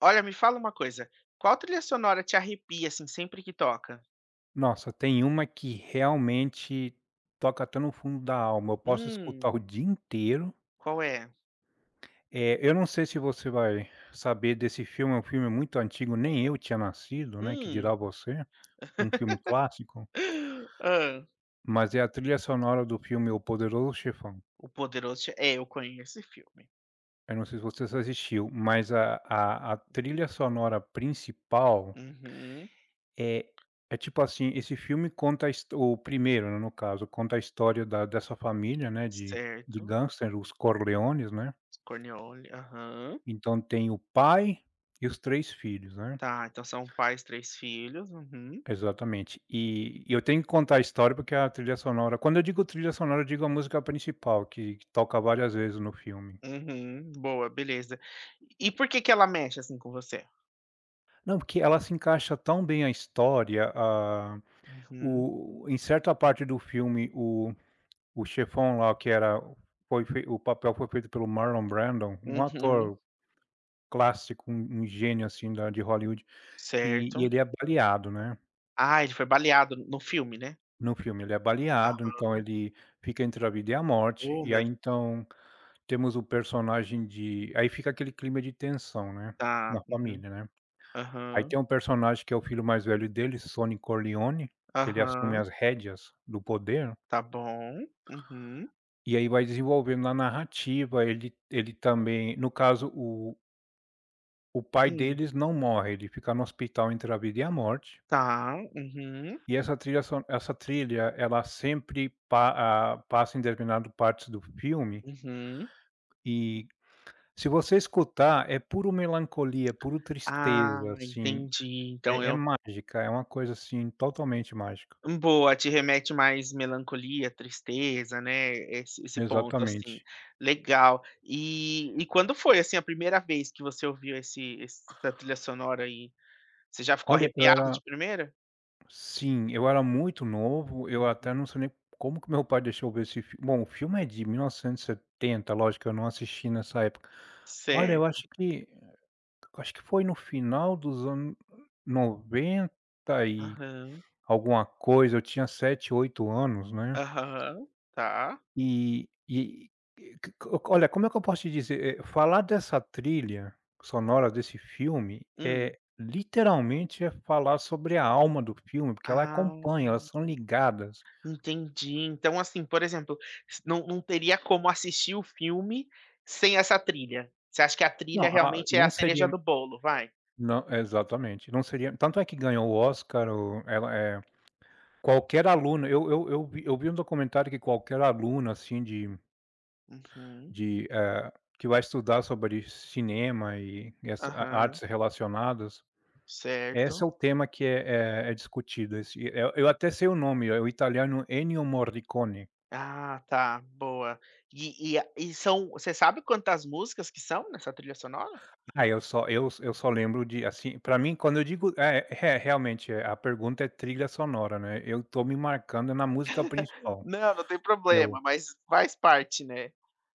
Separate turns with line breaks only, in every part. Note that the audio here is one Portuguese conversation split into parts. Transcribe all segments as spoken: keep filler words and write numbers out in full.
Olha, me fala uma coisa, qual trilha sonora te arrepia, assim, sempre que toca?
Nossa, tem uma que realmente toca até no fundo da alma, eu posso escutar
"Hum,
o dia inteiro.
qual é?
Eh, eu não sei se você vai saber desse filme, é um filme muito antigo, nem eu tinha nascido, né, que
Hum."
dirá você, um filme clássico,
Ah.
mas é a trilha sonora do filme O Poderoso Chefão.
O Poderoso Che é, eu conheço esse filme.
Eu não sei se você assistiu, mas a a a trilha sonora principal
Uhum.
É é tipo assim, esse filme conta a histo o primeiro, né, no caso, conta a história da dessa família, né, de de
Certo.
gangster, os Corleones, né.
Corleone, aham.
Então tem o pai e os três filhos, né.
Tá, então são pais, três filhos. Uhum.
Exatamente. E e eu tenho que contar a história, porque a trilha sonora, quando eu digo trilha sonora, eu digo a música principal, que que toca várias vezes no filme.
Uhum. Boa, beleza. E por que que ela mexe, assim, com você?
Não, porque ela se encaixa tão bem a história, a
Uhum.
o em certa parte do filme, o o chefão lá, que era foi fei o papel foi feito pelo Marlon Brando, um
Uhum.
ator clássico, um um gênio, assim, da de Hollywood, e e
Certo.
ele é baleado, né,
Ah, ele foi baleado no filme, né?
no filme. Ele é baleado,
Aham.
então ele fica entre a vida e a morte,
Oh,
e
meu
aí,
Deus.
então, temos o personagem de aí fica aquele clima de tensão, né, na
Tá. Uhum.
família, né. Aí
Aham.
tem um personagem que é o filho mais velho dele, Sonny Corleone, que ele assume
Aham.
as rédeas do poder,
Tá bom. Uhum.
e aí vai desenvolvendo na narrativa, ele ele também, no caso, o o pai
Hum.
deles não morre, ele fica no hospital entre a vida e a morte,
Tá. Uhum.
e essa trilha son essa trilha, ela sempre pa ah, passa em determinado partes do filme,
Uhum.
e se você escutar, é puro melancolia, puro
Ah,
tristeza, assim,
entendi. Então
é é
eu.
mágica, é uma coisa, assim, totalmente mágica.
Hum, boa, te remete mais melancolia, tristeza, né, esse esse ponto, assim.
Exatamente.
Legal. E e quando foi, assim, a primeira vez que você ouviu esse esse essa trilha sonora aí? Você já ficou
Olha, eu
arrepiado
era
de primeira?
sim, eu era muito novo, eu até não
Uhum.
sei nem como que meu pai deixou eu ver esse filme. Bom, o filme é de mil novecentos e setenta, lógico, eu não assisti nessa época. Olha, eu
Certo.
acho que acho que foi no final dos anos noventa e
Aham.
alguma coisa, eu tinha sete oito anos, né.
Aham. Tá.
E e q q olha, como é que eu posso te dizer? Eh, falar dessa trilha sonora desse filme
Hum.
é literalmente é falar sobre a alma do filme, porque ela
Ah.
acompanha, elas são ligadas.
Entendi. Então, assim, por exemplo, s não não teria como assistir o filme sem essa trilha? Você acha que a
Não,
trilha
a
realmente é a
não
cereja
seria,
do bolo, vai?
não, exatamente, não seria tanto, é que ganhou o Oscar, o ela, é qualquer aluno, eu eu eu vi eu vi um documentário que qualquer aluno, assim, de
Uhum.
De, eh, que vai estudar sobre cinema e e as a
Aham.
artes relacionadas. Esse é
Certo.
o tema que é é é discutido, esse eu eu até sei o nome, é o italiano Ennio Morricone.
Ah, tá, boa. E e a e são você sabe quantas músicas que são nessa trilha sonora?
Ah, eu só eu eu só lembro de, assim, para mim, quando eu digo, é é realmente, é, a pergunta é trilha sonora, né, eu tô me marcando na música principal,
Não, não tem
que é
problema,
o
mas faz parte, né?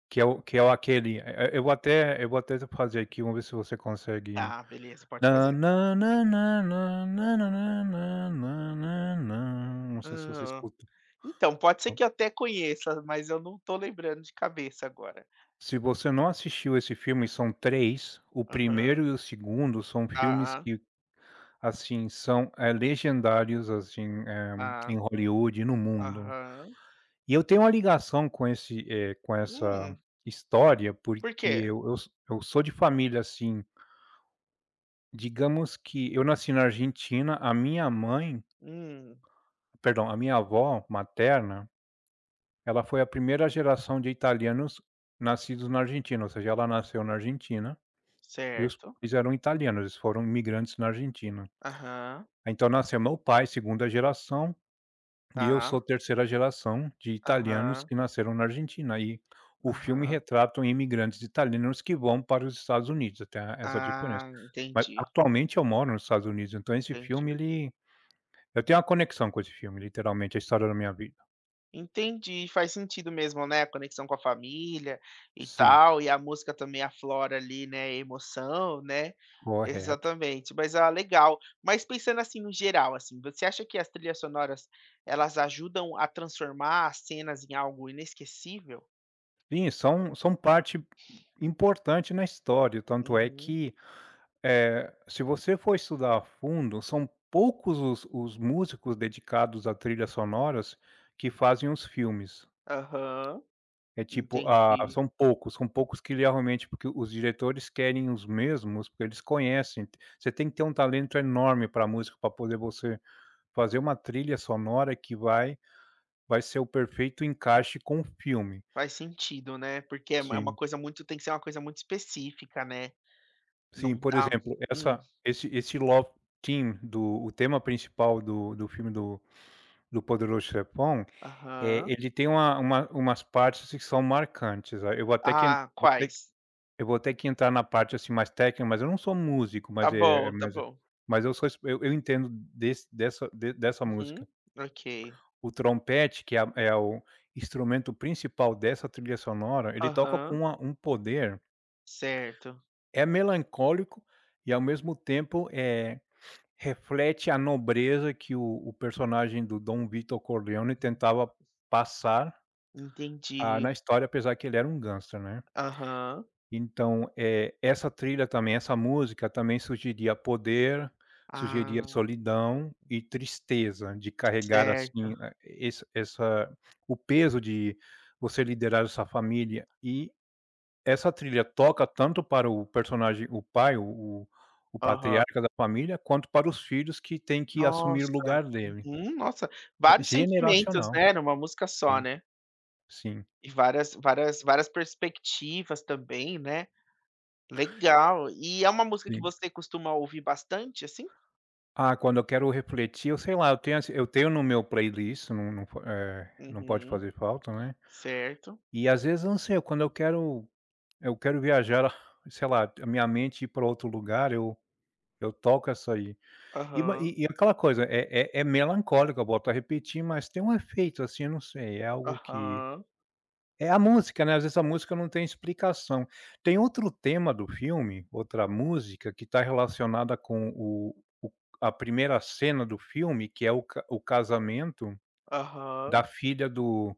que é o que é o aquele, eh eh, eu vou até eu vou até fazer aqui, vamos ver se você consegue.
Ah, beleza, pode
Na
fazer.
na na na na na na na na na na. Na. Não sei se você
Hã.
escuta.
Então, pode ser que eu até conheça, mas eu não tô lembrando de cabeça agora.
Se você não assistiu esse filme, são três. O
Aham.
primeiro e o segundo são filmes
Tá, ah,
que, assim, são, eh, legendários, assim, eh,
tá.
em Hollywood e no mundo.
Aham.
E eu tenho uma ligação com esse, eh, com essa
Hum,
história,
por
porque
quê?
eu eu s eu sou de família, assim, digamos que eu nasci na Argentina, a minha mãe,
Hum,
perdão, a minha avó materna, ela foi a primeira geração de italianos nascidos na Argentina, ou seja, ela nasceu na Argentina e os
certo.
pais eram italianos, eles foram imigrantes na Argentina.
Aham,
Então nasceu meu pai, segunda geração, e eu sou
tá.
terceira geração de italianos
Aham,
que nasceram na Argentina, e o filme
aham.
retrata imigrantes italianos que vão para os Estados Unidos, até essa diferença.
Ah,
Mas
entendi,
atualmente eu moro nos Estados Unidos, então esse
entendi.
filme, ele eu tenho uma conexão com esse filme, literalmente, é a história da minha vida.
Entendi, faz sentido mesmo, né, conexão com a família e
Sim,
tal, e a música também aflora ali, né, emoção, né.
correto.
Exatamente, mas, ah, legal. Mas pensando, assim, no geral, assim, você acha que as trilhas sonoras, elas ajudam a transformar as cenas em algo inesquecível?
Sim, são são parte importante na história, tanto é
Uhum.
que, eh, se você for estudar a fundo, são poucos os os músicos dedicados a trilhas sonoras que fazem os filmes.
Aham.
É tipo, ah,
Entendi.
são poucos, são poucos que realmente, porque os diretores querem os mesmos, porque eles conhecem. Você tem que ter um talento enorme para música para poder você fazer uma trilha sonora que vai vai ser o perfeito encaixe com o filme.
Faz sentido, né, porque é uma é uma
Sim.
coisa muito tem que ser uma coisa muito específica, né,
Sim,
não
por
dá.
exemplo,
Hum,
essa esse esse Love Team do, o tema principal do do filme do do Poderoso Chefão, é
aham.
ele tem uma uma umas partes assim, que são marcantes, aí eu vou até que en
Ah,
vou ter que-
quais?
eu vou ter que entrar na parte, assim, mais técnica, mas eu não sou músico,
Tá
mas, é é-
bom, tá
mas
bom.
mas eu sou es eu eu entendo desse dessa de dessa
Uhum.
música.
Ok.
O trompete, que é a é o instrumento principal dessa trilha sonora, ele toca com
Aham.
uma um poder,
Certo.
é melancólico e, ao mesmo tempo, é reflete a nobreza que o o personagem do Dom Vito Corleone tentava passar, ah, na
Entendi.
história, apesar que ele era um gangster, né.
Aham.
Então, eh, essa trilha também, essa música também sugeria poder, sugeria
Ah,
solidão e tristeza, de carregar,
certo.
assim, eh, esse essa o peso de você liderar essa família, e essa trilha toca tanto para o personagem, o pai, o o o
Aham.
patriarca da família, quanto para os filhos que têm que assumir o
Nossa.
lugar dele.
Uhum. Nossa,
Então
vários sentimentos,
generacional.
né, numa música só,
Sim,
né.
sim,
E várias várias várias perspectivas também, né. Legal. E é uma música que
sim.
você costuma ouvir bastante, assim?
Ah, quando eu quero refletir, eu sei lá, eu tenho assim, eu tenho no meu playlist, não não po eh, não pode
Uhum.
fazer falta, né.
Certo.
E às vezes eu não sei, quando eu quero eu quero viajar, sei lá, a minha mente ir para outro lugar, eu eu toco essa aí. E ma
Aham.
e e aquela coisa, é é é melancólico, eu volto a repetir, mas tem um efeito, assim, eu não sei, é algo que
Aham.
é a música, né, às vezes a música não tem explicação. Tem outro tema do filme, outra música que está relacionada com o o a primeira cena do filme, que é o ca o casamento
Aham.
da filha do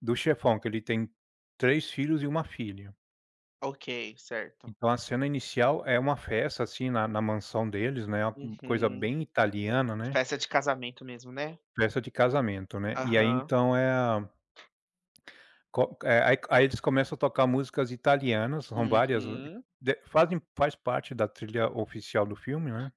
do chefão, que ele tem três filhos e uma filha.
Ok, certo.
Então a cena inicial é uma festa, assim, na na mansão deles, né, uma coisa
Uhum.
bem italiana, né.
Festa de casamento mesmo, né?
Festa de casamento, né. E aí
Aham.
então é a co eh, aí aí eles começam a tocar músicas italianas, são várias,
Uhum.
de fazem faz parte da trilha oficial do filme, né.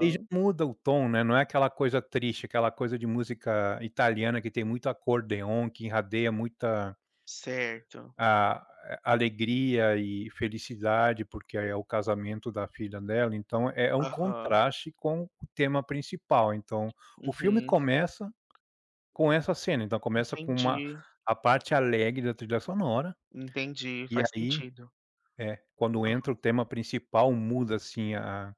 E aí já muda o tom, né, não é aquela coisa triste, aquela coisa de música italiana que tem muito acordeon, que enradeia muita
Certo.
a alegria e felicidade, porque é o casamento da filha dela, então é um
Aham.
contraste com o tema principal. Então, o filme
Uhum.
começa com essa cena, então começa com uma
Entendi.
a parte alegre da trilha sonora,
Entendi,
e
faz
aí
sentido.
é, quando entra o tema principal, muda assim a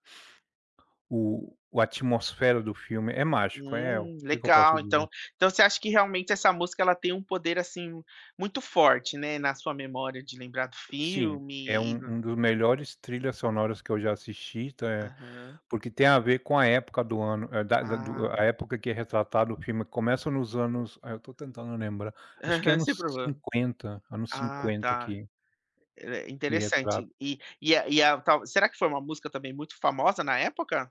o o atmosfera do filme, é mágico, é o
Hum,
que que eu
legal.
posso
Então
dizer?
então você acha que realmente essa música ela tem um poder, assim, muito forte, né, na sua memória de lembrar do
Sim, é
filme e
um
no.
um dos melhores trilhas sonoras que eu já assisti, tá, eh,
Aham.
porque tem a ver com a época do ano, eh, da
Ah.
da do a
Aham,
época que é retratado o filme, começa nos anos, ah, eu tô tentando lembrar, acho que é anos
sem problema.
cinquenta, anos
Ah,
cinquenta
tá.
que
É
que retrata.
interessante. E e a e a tal será que foi uma música também muito famosa na época?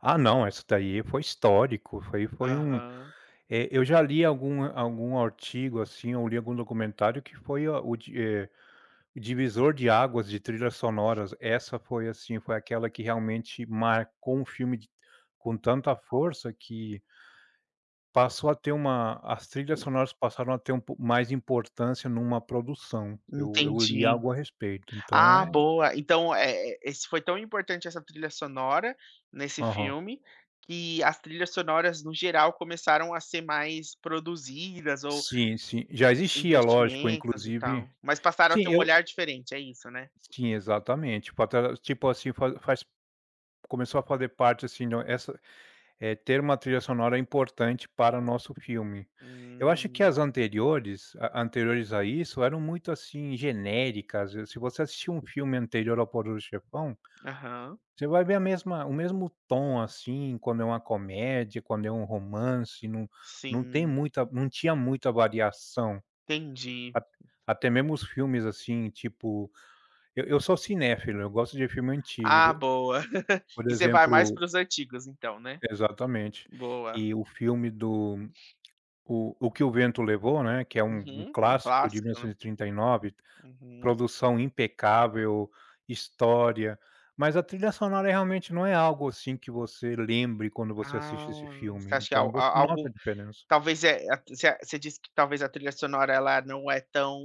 Ah, não, essa daí foi histórico, foi foi um
Aham,
eh, eu já li algum algum artigo, assim, ou li algum documentário que foi a o di eh, o divisor de águas de trilhas sonoras. Essa foi, assim, foi aquela que realmente marcou um filme de com tanta força que passou a ter uma as trilhas sonoras passaram a ter um po mais importância numa produção. Eu eu li
entendi.
algo a respeito, então
Ah,
é.
boa. Então, eh, esse foi tão importante essa trilha sonora nesse
Aham.
filme, que as trilhas sonoras no geral começaram a ser mais produzidas ou
Sim, sim. Já existia, lógico,
investimentos e
inclusive,
tal, mas passaram a
sim,
ter um
eu
olhar diferente, é isso, né?
sim, exatamente. Tipo até tipo assim, fa faz começou a fazer parte, assim, no essa é ter uma trilha sonora importante para o nosso filme. Eu acho que
Hum,
as anteriores, a anteriores a isso eram muito, assim, genéricas. Se você assistir um filme anterior ao Poderoso Chefão,
aham,
você vai ver a mesma o mesmo tom, assim, quando é uma comédia, quando é um romance, não não tem
sim,
muita não tinha muita variação.
entendi.
Até mesmo os filmes, assim, tipo, eu eu sou cinéfilo, eu gosto de filme
Ah,
antigo.
boa.
Por
E você vai mais
exemplo.
para os antigos então, né?
Exatamente.
Boa.
E o filme do, O O Que o Vento Levou, né, que é um um
Uhum, um
clássico de
clássico, né?
mil novecentos e trinta e nove,
Uhum.
produção impecável, história, mas a trilha sonora realmente não é algo, assim, que você lembre quando você
Ah,
assiste esse
você
filme,
acha que é
então
al a
você nota
algo
a diferença.
Talvez, é. A você você disse que talvez a trilha sonora ela não é tão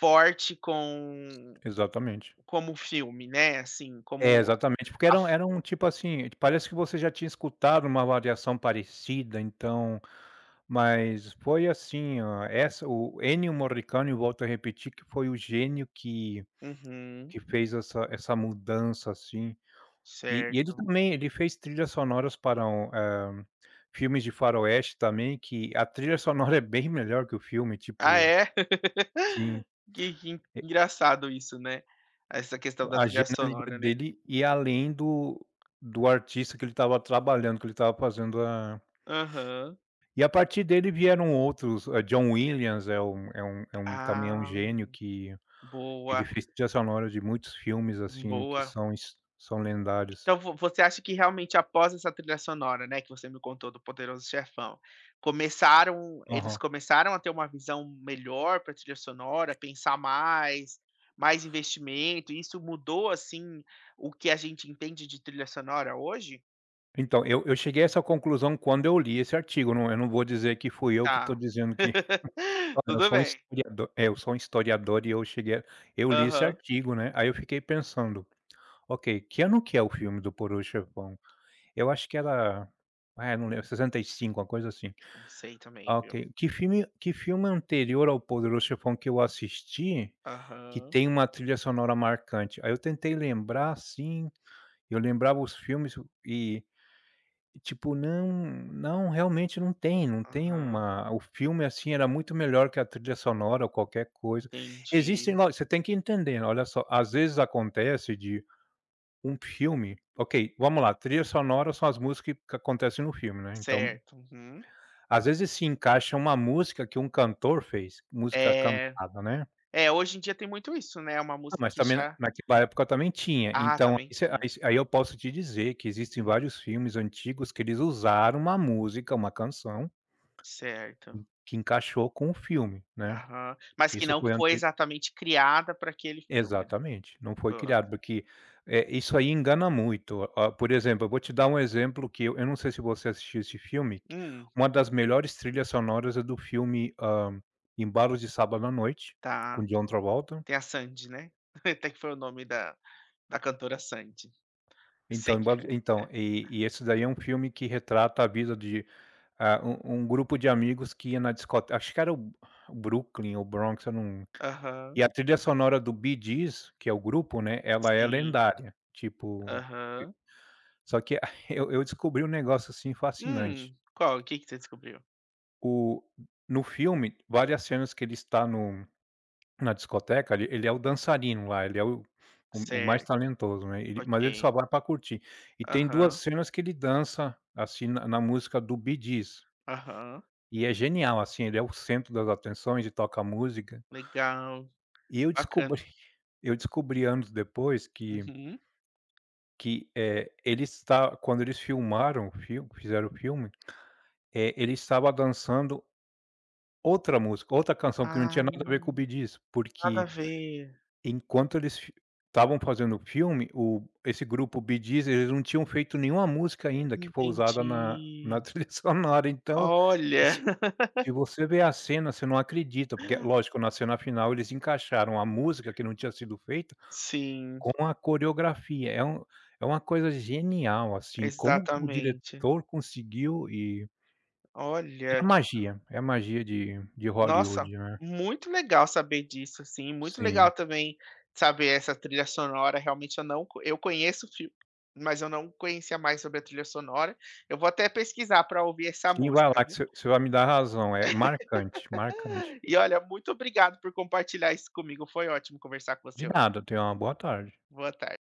forte com
Exatamente.
como o filme, né, assim,
É,
como
exatamente, porque
a
era um
f.
era um tipo assim, parece que você já tinha escutado uma variação parecida, então. Mas foi assim, ó, essa o Ennio Morricone, eu volto a repetir, que foi o gênio que
Uhum,
que fez essa essa mudança, assim. E e ele
certo.
também ele fez trilhas sonoras para um, eh, filmes de faroeste também, que a trilha sonora é bem melhor que o filme,
Ah,
tipo
é?
sim,
Que que engraçado isso, né, essa questão da
a
trilha
genialidade
sonora, né.
dele. E além do do artista que ele estava trabalhando, que ele estava fazendo a
Aham.
e a partir dele vieram outros, eh, John Williams é um é um é um também é um
Ah,
gênio que ele
boa,
fez trilha sonora de muitos filmes, assim, que
boa.
são his são lendários.
Então vo você acha que realmente após essa trilha sonora, né, que você me contou do Poderoso Chefão, começaram eles
Aham.
começaram a ter uma visão melhor para trilha sonora, pensar mais, mais investimento, e isso mudou, assim, o que a gente entende de trilha sonora hoje?
Então, eu eu cheguei a essa conclusão quando eu li esse artigo, não, eu não vou dizer que fui eu que tô
Tá.
dizendo que olha, eu
Tudo
sou um
bem.
historiador, é, eu sou um historiador e eu cheguei a eu li esse
Aham.
artigo, né, aí eu fiquei pensando: "Ok, que ano que é o filme do Poderoso Chefão?" Eu acho que era ah, eu não lembro, sessenta e cinco, uma coisa assim.
Não sei também,
Ah, ok.
viu.
Que filme que filme anterior ao Poderoso Chefão que eu assisti, que
Aham,
tem uma trilha sonora marcante. Aí eu tentei lembrar, assim, eu lembrava os filmes e tipo, não não, realmente não tem, não tem
aham.
uma o filme, assim, era muito melhor que a trilha sonora ou qualquer coisa.
Entendi.
Existem lo você tem que entender, né, olha só, às vezes acontece de um filme ok, vamos lá, trilha sonora são as músicas que acontecem no filme, né, então,
Certo, uhum.
às vezes se encaixa uma música que um cantor fez, música
É,
cantada, né.
é, hoje em dia tem muito isso, né? É uma
Ah,
música
mas
que
também na
já,
naquela época também tinha,
ah,
então
também
aí você aí
tinha.
aí eu posso te dizer que existem
Uhum,
vários filmes antigos que eles usaram uma música, uma canção,
certo.
que encaixou com o filme, né.
Aham. Mas que
Isso
não
foi
foi
ante
exatamente criada para aquele filme, né.
exatamente, não foi
Hã.
criado, porque, eh, isso aí engana muito. Ó, por exemplo, eu vou te dar um exemplo que eu eu não sei se você assistiu esse filme, que
Hum,
uma das melhores trilhas sonoras é do filme, hã, Embalos de Sábado à Noite, com
tá.
John Travolta.
Tem a Sandy, né. Até que foi o nome da da cantora Sandy. Sim.
Então, embalo então, e e esse daí é um filme que retrata a vida de ah, um um grupo de amigos que ia na discoteca, acho que era o o Brooklyn ou Bronx, eu não e
Aham.
a trilha sonora do Bee Gees, que é o grupo, né, ela é
Sim.
lendária, tipo
Aham.
só que eu eu descobri um negócio, assim, fascinante.
Hum, qual? O que que você descobriu?
O no filme, várias cenas que ele está no na discoteca, ele ele é o dançarino lá, ele é o o o mais
Certo,
talentoso, né, ele mas ele
ok.
só vai para curtir. E tem duas
Aham,
cenas que ele dança, assim, na na música do Bee Gees.
aham.
E é genial, assim, ele é o centro das atenções e toca música.
Legal,
E eu descobri
bacana.
eu descobri anos depois que
Uhum.
que, eh, ele está quando eles filmaram o filme fizeram o filme, eh, ele estava dançando outra música, outra canção que não tinha
Ah,
nada a ver com o Bee Gees,
nada a
porque
ver.
enquanto eles fi estavam fazendo o filme, o esse grupo Bee Gees, eles não tinham feito nenhuma música ainda que foi usada na na
Entendi.
trilha sonora, então,
Olha.
isso se você vê a cena, você não acredita, porque lógico, na cena final eles encaixaram a música que não tinha sido feita
Sim.
com a coreografia. É um é uma coisa genial, assim, como que o
Exatamente.
diretor conseguiu e é
Olha,
a
que
magia, é a magia de de
nossa,
Hollywood, né.
muito legal saber disso, assim, muito legal
Sim,
também saber essa trilha sonora, realmente eu não co eu conheço o filme, mas eu não conhecia mais sobre a trilha sonora. Eu vou até pesquisar para ouvir essa
sim, vai
música,
lá que
viu.
você você vai me dar razão, é marcante, marcante.
E olha, muito obrigado por compartilhar isso comigo, foi ótimo conversar com
De
você hoje.
nada, tenha uma boa tarde.
Boa tarde.